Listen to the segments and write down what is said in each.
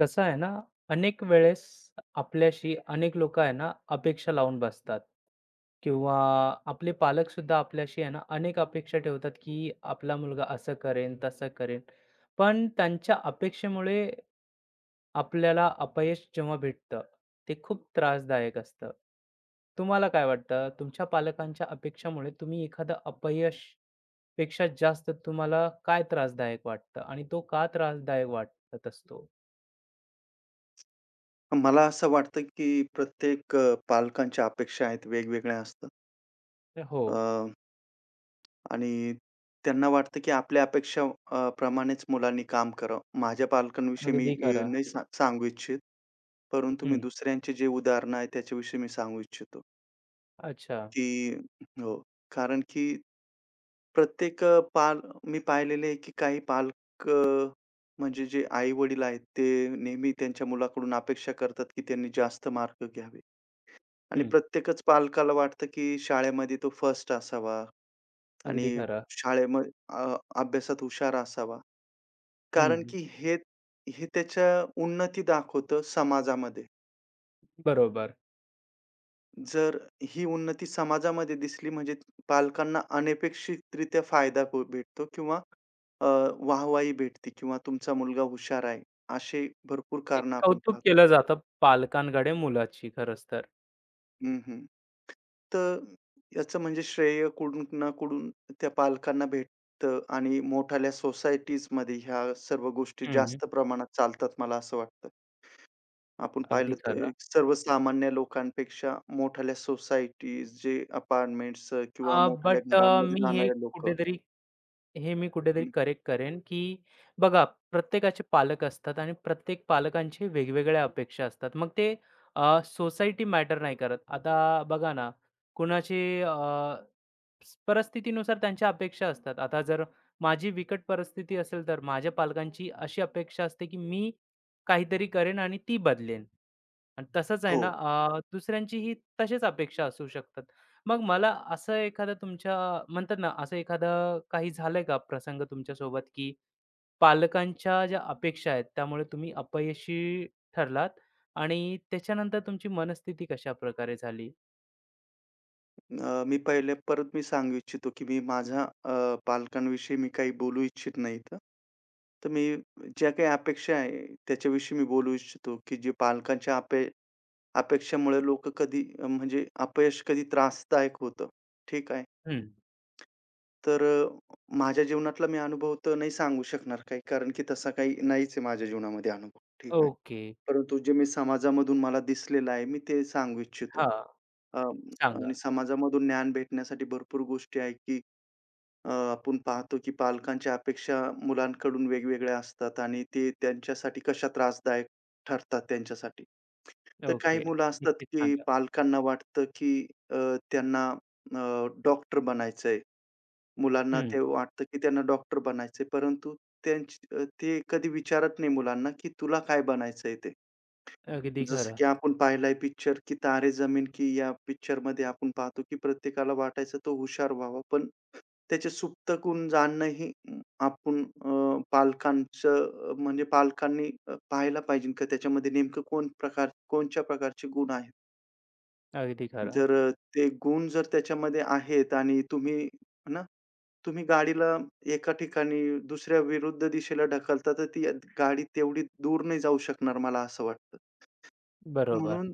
कसं आहे ना, अनेक वेळेस आपल्याशी अनेक लोकं आहे ना, अपेक्षा लावून बसतात किंवा आपले पालकसुद्धा आपल्याशी आहे ना, अनेक अपेक्षा ठेवतात, की आपला मुलगा असं करेन, तसं करेन. पण त्यांच्या अपेक्षेमुळे आपल्याला अपयश जेव्हा भेटतं, ते खूप त्रासदायक असतं. तुम्हाला काय वाटतं, तुमच्या पालकांच्या अपेक्षामुळे तुम्ही एखादं अपयश पेक्षा जास्त तुम्हाला काय त्रासदायक वाटतं आणि तो का त्रासदायक वाटत असतो? मला असं वाटतं, की प्रत्येक पालकांच्या अपेक्षा आहेत, वेगवेगळ्या असतात. हो, अ, आणि त्यांना वाटतं, की आपल्या अपेक्षा प्रमाणेच मुलांनी काम करावं. माझ्या पालकांविषयी मी अगदी खरं. नाही सांगू इच्छित, परंतु मी हं. दुसऱ्यांची जी उदाहरणं आहेत, त्याच्याविषयी मी सांगू इच्छितो, अच्छा. की हो. कारण की प्रत्येक मी पाहिलेलं आहे, की काही पालक म्हणजे जे आई-वडील आहेत, ते नेहमी त्यांच्या मुलाकडून अपेक्षा करतात, की त्यांनी जास्त मार्क घ्यावे. आणि हं. प्रत्येकच पालकाला वाटतं, की शाळेमध्ये तो फर्स्ट असावा आणि अगदी खरं. शाळेमध्ये अ, अभ्यासात हुशार असावा. कारण हं, की हे हे त्याच्या उन्नती दाखवतं समाजामध्ये. बरोबर. जर ही उन्नती समाजामध्ये दिसली म्हणजे पालकांना अनपेक्षितरित्या फायदा भेटतो किंवा अ, वाहवाही भेटते किंवा तुमचा मुलगा हुशार आहे, असे भरपूर एक कारणं आपण कौतुक पाहतो. केलं जातं पालकांकडे मुलाची खरंच तर. हं, हं. तर याचं म्हणजे श्रेय कुठून ना कुठून त्या पालकांना भेटतं आणि मोठाल्या सोसायटीजमध्ये ह्या सर्व गोष्टी हं, जास्त प्रमाणात चालतात मला असं वाटतं. आपण अगदी पाहिलं तर खरं. सर्वसामान्य लोकांपेक्षा मोठाल्या सोसायटीज जे अपार्टमेंट्स किंवा मोठाल्या घरांमध्ये मी हे राहणारे लोकं कुठेतरी हे मी कुठेतरी करेक्ट करेन, की बघा प्रत्येकाचे पालक असतात आणि प्रत्येक पालकांची वेगवेगळ्या अपेक्षा असतात. मग ते सोसायटी मॅटर नाही करत. आता बघा ना, कुणाची अ, परिस्थितीनुसार त्यांच्या अपेक्षा असतात. आता जर माझी बिकट परिस्थिती असेल, तर माझ्या पालकांची अशी अपेक्षा असते, की मी काहीतरी करेन आणि ती बदलेन. आणि तसंच आहे हो. ना दुसऱ्यांचीही तशाच अपेक्षा असू शकतात. मग मला असं एखादा तुमच्या म्हणतात ना, असं एखादं काही झालंय का प्रसंग तुमच्यासोबत, की पालकांच्या ज्या अपेक्षा आहेत, त्यामुळे तुम्ही अपयशी ठरलात आणि त्याच्यानंतर तुमची मनस्थिती कशाप्रकारे झाली? मी पहिले परत मी सांगू इच्छितो, की मी माझ्या पालकांविषयी मी काही बोलू इच्छित नाही इथं. तर मी ज्या काही अपेक्षा आहे त्याच्याविषयी मी बोलू इच्छितो, की जे पालकांच्या अपेक्षामुळे लोकं कधी म्हणजे अपयश कधी त्रासदायक होतं. ठीक आहे. हं. तर माझ्या जीवनातला मी अनुभव तर नाही सांगू शकणार काही, कारण की तसा काही नाहीच आहे माझ्या जीवनामध्ये अनुभव. ठीक आहे. ओके. परंतु जे मी समाजामधून मला दिसलेलं आहे, मी ते सांगू इच्छितो. हां. अ, सांगा. आणि समाजामधून ज्ञान भेटण्यासाठी भरपूर गोष्टी आहेत, की आपण पाहतो की पालकांच्या अपेक्षा मुलांकडून वेगवेगळ्या असतात आणि ते त्यांच्यासाठी कशा त्रासदायक ठरतात त्यांच्यासाठी. तर काही ओके. मुलं असतात नक्कीच की सांगा. पालकांना वाटतं की अ, त्यांना डॉक्टर बनायचंय. मुलांना हं. ते वाटतं की त्यांना डॉक्टर बनायचंय, परंतु त्यांची ते कधी विचारत नाही मुलांना की तुला काय बनायचंय ते? अगदी जसं खरं. की आपण पाहिलाय पिक्चर, की तारे जमीन की या पिक्चरमध्ये आपण पाहतो, की प्रत्येकाला वाटायचं तो हुशार व्हावा. पण त्याचे सुप्त गुण जाणणं ही आपण पालकांचं म्हणजे पालकांनी पाहायला पाहिजे का त्याच्यामध्ये नेमकं कोणत्या प्रकारचे गुण आहेत. अगदी खरं. जर ते गुण जर त्याच्यामध्ये आहेत आणि तुम्ही आहे ना, तुम्ही गाडीला एका ठिकाणी दुसऱ्या विरुद्ध दिशेला ढकलता, तर ती गाडी तेवढी दूर नाही जाऊ शकणार मला असं वाटतं. बरोबर. म्हणून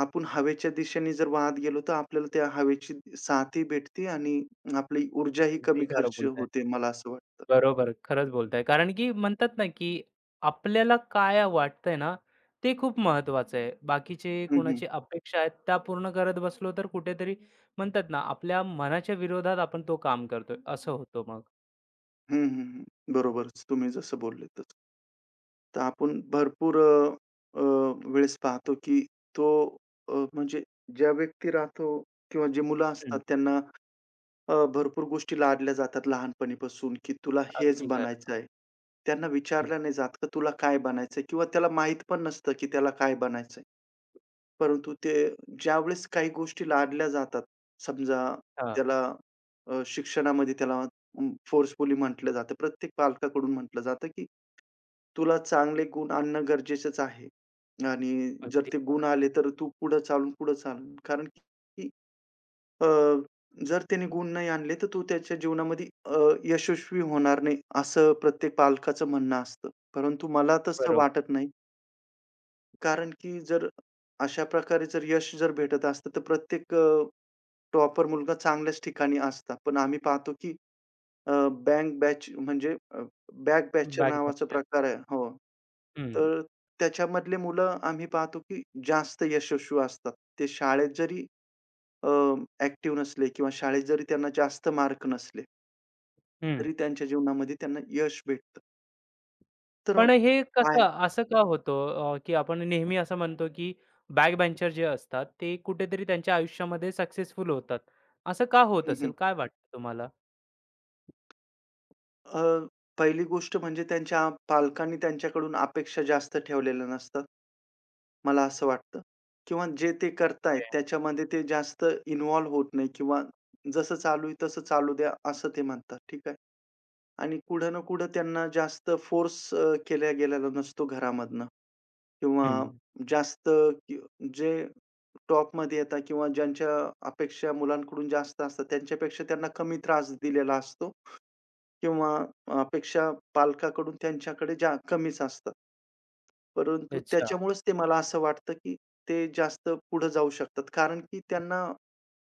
आपण हवेच्या दिशेने जर वाहत गेलो, तर आपल्याला त्या हवेची साथही भेटते आणि आपली ऊर्जाही अगदी कमी खरं खर्च बोलताय. होते, मला असं वाटतं. बरोबर, खरंच बोलताय. कारण की म्हणतात ना, की आपल्याला काय वाटतंय ना, ते खूप महत्त्वाचं आहे. बाकीचे हं, हं. कोणाची अपेक्षा आहेत, त्या पूर्ण करत बसलो तर कुठेतरी म्हणतात ना, आपल्या मनाच्या विरोधात आपण तो काम करतोय, असं होतं मग. हं, हं, हं. बरोबरच तुम्ही जसं बोलले तसं. तर आपण भरपूर अ, अ, वेळेस पाहतो, की तो म्हणजे ज्या व्यक्ती राहतो किंवा जे मुलं हं, असतात त्यांना भरपूर गोष्टी लादल्या जातात लहानपणीपासून, की तुला हेच अगदी बनायचं खरं. आहे. त्यांना हं, विचारलं नाही जात, का तुला काय बनायचंय? किंवा त्याला माहीत पण नसतं, की त्याला काय बनायचंय? परंतु ते ज्यावेळेस काही गोष्टी लादल्या जातात, समजा हां, त्याला शिक्षणामध्ये त्याला फोर्सफुली म्हटलं जातं. प्रत्येक पालकाकडून म्हटलं जातं, की तुला चांगले गुण आणणं गरजेचंच आहे आणि जर अगदी ते गुण खरं. आले, तर तू पुढं चालून पुढं चाल. कारण की अ, जर त्याने गुण नाही आणले, तर तू त्याच्या जीवनामध्ये अ, यशस्वी होणार नाही, असं प्रत्येक पालकाचं म्हणणं असतं. परंतु मला तसं बरोबर. वाटत नाही. कारण की जर अशा प्रकारे जर यश जर भेटत असतं, तर प्रत्येक टॉपर मुलगा चांगल्याच ठिकाणी असता. पण आम्ही पाहतो की अ, बँक बॅच म्हणजे अ, बॅक बॅचच्या बॅक नावाचा प्रकार आहे. हो. हं, तर त्याच्यामधले मुलं आम्ही पाहतो की जास्त यशस्वी असतात. ते शाळेत जरी अ, ॲक्टिव्ह नसले किंवा शाळेत जरी त्यांना जास्त मार्क नसले, हं. तरी त्यांच्या जीवनामध्ये त्यांना यश भेटतं. तर पण हे काय कसं असं का होतं, की आपण नेहमी असं म्हणतो की बॅक बेंचर जे असतात ते कुठेतरी त्यांच्या आयुष्यामध्ये सक्सेसफुल होतात. असं का होत असेल? काय वाटतं तुम्हाला? अ, पहिली गोष्ट म्हणजे त्यांच्या पालकांनी त्यांच्याकडून अपेक्षा जास्त ठेवलेलं नसतं, मला असं वाटतं किंवा जे ते करतायत ओके. त्याच्यामध्ये ते जास्त इन्व्हॉल्व होत नाही किंवा जसं चालू आहे तसं चालू द्या, असं ते म्हणतात, ठीक आहे. आणि कुठं ना कुठं त्यांना जास्त फोर्स गेलेला नसतो घरामधनं किंवा हं. जास्त क जे टॉपमध्ये येतात किंवा ज्यांच्या अपेक्षा मुलांकडून जास्त असतात, त्यांच्यापेक्षा त्यांना कमी त्रास दिलेला असतो किंवा अपेक्षा पालकाकडून त्यांच्याकडे कमीच असतात. परंतु अच्छा. त्याच्यामुळेच ते मला असं वाटतं, की ते जास्त पुढं जाऊ शकतात. कारण की त्यांना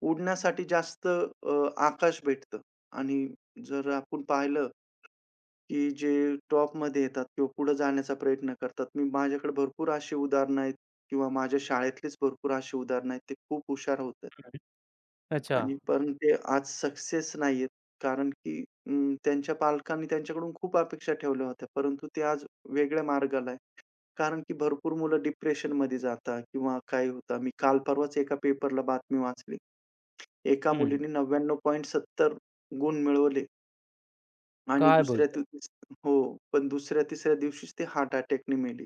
उडण्यासाठी जास्त आकाश भेटतं आणि जर आपण पाहिलं, की जे टॉपमध्ये येतात किंवा पुढे जाण्याचा प्रयत्न करतात. मी माझ्याकडे भरपूर अशी उदाहरणं आहेत किंवा माझ्या शाळेतलीच भरपूर अशी उदाहरणं आहेत. ते खूप हुशार होते. हं. अच्छा. आणि पण ते आज सक्सेस नाहीयेत. कारण की त्यांच्या पालकांनी त्यांच्याकडून खूप अपेक्षा ठेवल्या होत्या. परंतु ते आज वेगळ्या मार्गाला आहे. कारण की भरपूर मुलं डिप्रेशनमध्ये जातात किंवा काय होतं. मी काल परवाच एका पेपरला बातमी वाचली. एका हं. मुलीने 99.70 गुण मिळवले आणि काय दुसऱ्या बोलताय? दिवशीच हो. पण दुसऱ्या-तिसऱ्या दिवशीच ती हार्ट अटॅकने मेली.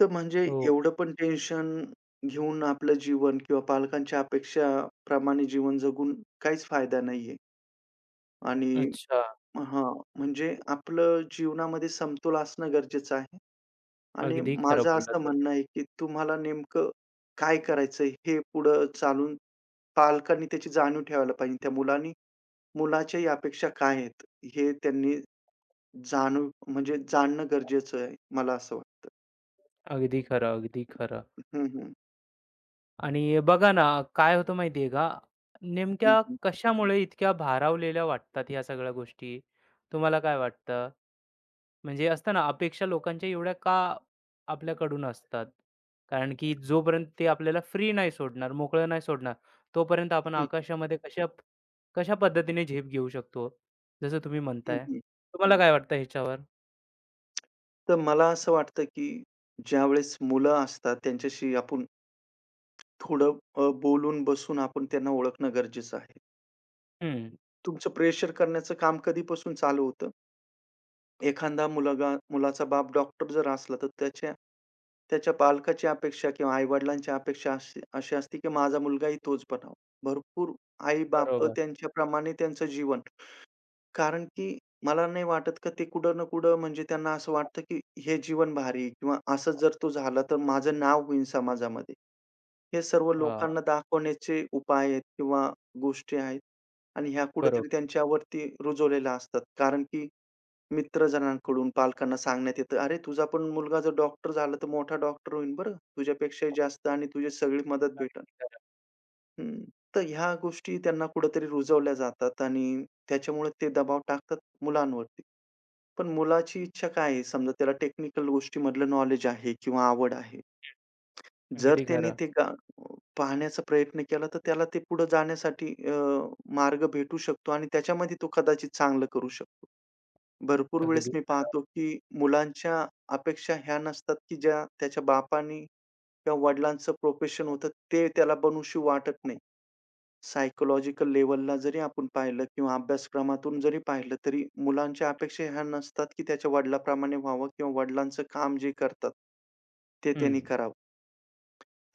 तर म्हणजे हो. एवढं पण टेन्शन घेऊन आपलं जीवन किंवा पालकांच्या अपेक्षाप्रमाणे जीवन जगून काहीच फायदा नाहीये. आणि अच्छा. हां, म्हणजे आपलं जीवनामध्ये समतोल असणं गरजेचं आहे आणि अगदी खरं माझं बोललात असं तुम्ही. म्हणणं आहे, की तुम्हाला नेमकं काय करायचं हे पुढं चालून पालकांनी त्याची जाणीव ठेवायला पाहिजे. त्या मुलांनी मुलाच्याही अपेक्षा काय आहेत, हे त्यांनी जाणून म्हणजे जाणणं गरजेचं आहे, मला असं वाटतं. अगदी खरं, अगदी खरं. हं, हं. आणि बघा ना, काय होतं माहिती आहे का, हं, नेमक्या हं. कशामुळे इतक्या भारावलेल्या वाटतात ह्या सगळ्या गोष्टी? तुम्हाला काय वाटतं? म्हणजे असतं ना, अपेक्षा लोकांच्या एवढ्या का आपल्याकडून असतात? कारण की जोपर्यंत ते आपल्याला फ्री नाही सोडणार, मोकळं नाही सोडणार, तोपर्यंत आपण हं, आकाशामध्ये कशा कशा पद्धतीने झेप घेऊ शकतो, जसं तुम्ही म्हणताय. हं. तुम्हाला काय वाटतं ह्याच्यावर? तर मला असं वाटतं, की ज्यावेळेस मुलं असतात त्यांच्याशी आपण थोडं बोलून बसून आपण त्यांना ओळखणं गरजेचं आहे. हं, तुमचं प्रेशर करण्याचं काम कधीपासून चालू होतं? एखादा मुलगा मुलाचा बाप डॉक्टर जर असला, तर त्याच्या त्याच्या पालकाची अपेक्षा किंवा आई-वडिलांची अपेक्षा अशी अशी असते, की माझा मुलगाही तोच बनावा. भरपूर आई-बाप बरोबर. त्यांच्याप्रमाणे त्यांचं जीवन कारण की मला नाही वाटत का ते कुठं ना कुठं म्हणजे त्यांना असं वाटतं, की हे जीवन भारी आहे किंवा असंच जर तो झाला, तर माझं नाव होईल समाजामध्ये. हे सर्व हां, लोकांना दाखवण्याचे उपाय आहेत किंवा गोष्टी आहेत आणि ह्या कुठेतरी बरोबर. त्यांच्यावरती रुजवलेल्या असतात. कारण की मित्रजनांकडून पालकांना सांगण्यात येतं, "अरे, तुझा पण मुलगा जर डॉक्टर झाला, तर मोठा डॉक्टर होईल बरं. तुझ्यापेक्षाही जास्त आणि तुझी सगळी मदत भेटेल." अगदी खरं. हं. तर ह्या गोष्टी त्यांना कुठेतरी रुजवल्या जातात आणि त्याच्यामुळे ते दबाव टाकतात मुलांवरती. पण मुलाची इच्छा काय आहे? समजा त्याला टेक्निकल गोष्टीमधलं नॉलेज आहे किंवा आवड आहे. जर अगदी त्यांनी खरं. ते पाहण्याचा प्रयत्न केला, तर त्याला ते पुढे जाण्यासाठी मार्ग भेटू शकतो आणि त्याच्यामध्ये तो कदाचित चांगलं करू शकतो. भरपूर वेळेस अगदी मी खरं. पाहतो, की मुलांच्या अपेक्षा ह्या नसतात, की ज्या त्याच्या बापानी किंवा वडिलांचं प्रोफेशन होतं, ते त्याला बनूशी वाटत नाही. सायकॉलॉजिकल लेव्हलला जरी आपण पाहिलं किंवा अभ्यासक्रमातून जरी पाहिलं, तरी मुलांच्या अपेक्षा ह्या नसतात, की त्याच्या वडिलाप्रमाणे व्हावं किंवा वडिलांचं काम जे करतात, ते त्यांनी हं. करावं.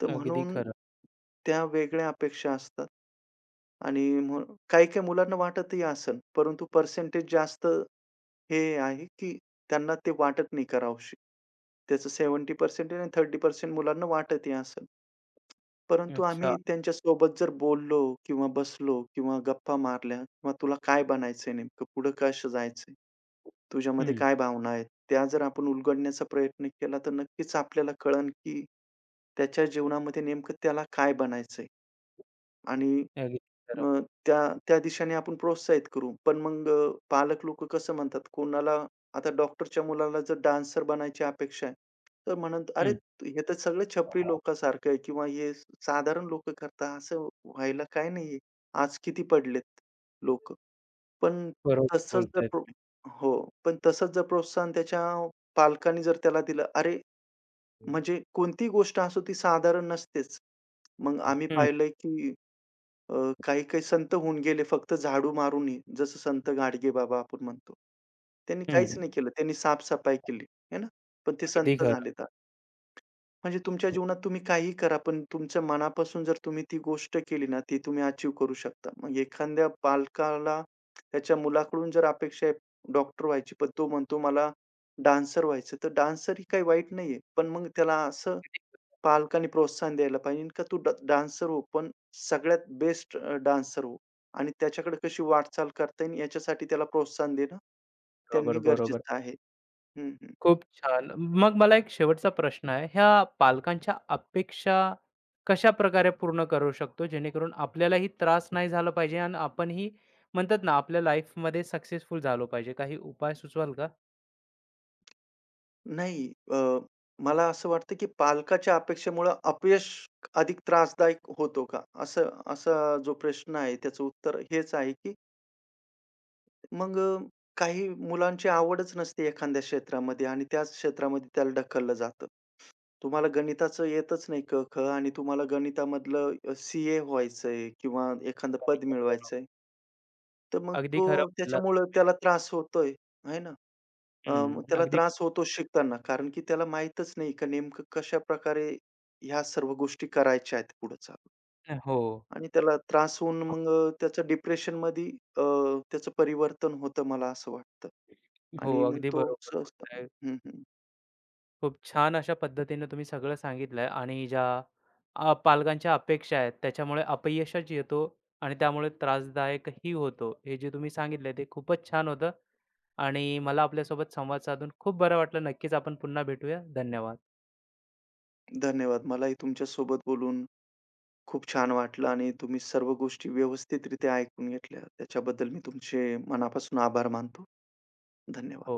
तर अगदी म्हणून खरं. त्या वेगळ्या अपेक्षा असतात आणि मग काही-काही मुलांना वाटतही असेल, परंतु पर्सेंटेज जास्त हे आहे, की त्यांना ते वाटत नाही करावंशी. त्याचं 70% आणि 30% मुलांना वाटतही असेल. परंतु अच्छा. आम्ही त्यांच्यासोबत जर बोललो किंवा बसलो किंवा गप्पा मारल्या किंवा "तुला काय बनायचंय नेमकं? पुढं कसं जायचंय? तुझ्यामध्ये हं. काय भावना आहेत?" त्या जर आपण उलगडण्याचा प्रयत्न केला, तर नक्कीच आपल्याला कळेल की त्याच्या जीवनामध्ये नेमकं त्याला काय बनायचंय आणि अगदी खरं. अ, त्या त्या दिशेने आपण प्रोत्साहित करू. पण मग पालक लोकं कसं म्हणतात, कोणाला आता डॉक्टरच्या मुलाला जर डान्सर बनायची अपेक्षा आहे, तर म्हणत, "अरे, हं. हे तर सगळे छपरी लोकांसारखं आहे किंवा हे साधारण लोक करता, असं व्हायला काय नाहीये. आज किती पडलेत लोकं." पण बरोबर तसंच जर बोलताय प्रो तुम्ही. हो. पण तसंच जर प्रोत्साहन त्याच्या पालकांनी जर त्याला दिलं, अरे, म्हणजे कोणतीही गोष्ट असो ती साधारण नसतेच. मग आम्ही हं, पाहिलंय की काही-काही संत होऊन गेले फक्त झाडू मारूनही, जसं संत गाडगे बाबा आपण म्हणतो. त्यांनी काहीच हं. नाही केलं. त्यांनी साफ-सफाई केली, आहे ना? पण ते अगदी संत खरं. झालेत आज. म्हणजे तुमच्या जीवनात तुम्ही काहीही करा, पण तुमच्या मनापासून जर तुम्ही ती गोष्ट केली ना, ती तुम्ही अचीव्ह करू शकता. मग एखाद्या पालकाला त्याच्या मुलाकडून जर अपेक्षा आहे डॉक्टर व्हायची, पण तो म्हणतो मला डान्सर व्हायचं, तर डान्सर ही काही वाईट नाहीये. पण मग त्याला असं पालकांनी प्रोत्साहन द्यायला पाहिजे का तू डान्सर हो, पण सगळ्यात बेस्ट डान्सर हो आणि त्याच्याकडे कशी वाटचाल करता येईल याच्यासाठी त्याला प्रोत्साहन देणं, बरोबर, त्यांनी बरोबर. गरजेचं आहे. हं, हं. खूप छान. मग मला एक शेवटचा प्रश्न आहे. ह्या पालकांच्या अपेक्षा कशाप्रकारे पूर्ण करू शकतो, जेणेकरून आपल्यालाही त्रास नाही झाला पाहिजे आणि आपणही म्हणतात ना, आपल्या लाईफमध्ये सक्सेसफुल झालो पाहिजे. काही उपाय सुचवाल का? नाही मला असं वाटतं की पालकाच्या अपेक्षेमुळं अपयश अधिक त्रासदायक होतो का? असा जो प्रश्न आहे त्याचं उत्तर हेच आहे की मग काही मुलांची आवडच नसते एखाद्या क्षेत्रामध्ये आणि त्याच क्षेत्रामध्ये त्याला ढकललं जातं. तुम्हाला गणिताचं येतच नाही क, ख आणि तुम्हाला गणितामधलं व्हायचंय किंवा एखादं पद बरोबर, बरोबर. मिळवायचंय. तर मग अगदी तो खरं बोललात त्याच्यामुळं तुम्ही. त्याला त्रास होतोय, आहे ना. हं. मग त्याला अगदी त्रास होतो शिकताना कारण की त्याला माहीतच नाही का नेमकं कशाप्रकारे ह्या सर्व गोष्टी करायच्या आहेत पुढे चालून. हो. आणि त्याला त्रास होऊन मग त्याचं डिप्रेशनमध्ये अ, त्याचं परिवर्तन होतं मला असं वाटतं. हो, आणि मग अगदी तो बरोबर सहजता बोलताय. हं, हं. खूप छान अशा पद्धतीने तुम्ही सगळं सांगितलंय आणि ज्या पालकांच्या अपेक्षा आहेत त्याच्यामुळे अपयशच येतो आणि त्यामुळे त्रासदायकही होतो. हे जे तुम्ही सांगितलंय ते खूपच छान होतं आणि मला आपल्यासोबत संवाद साधून खूप बरं वाटलं. नक्कीच आपण पुन्हा भेटूया. धन्यवाद. धन्यवाद. मलाही तुमच्यासोबत बोलून खूप छान वाटलं आणि तुम्ही सर्व गोष्टी व्यवस्थितरित्या ऐकून घेतल्या. त्याच्याबद्दल मी तुमचे मनापासून आभार मानतो. हो. धन्यवाद.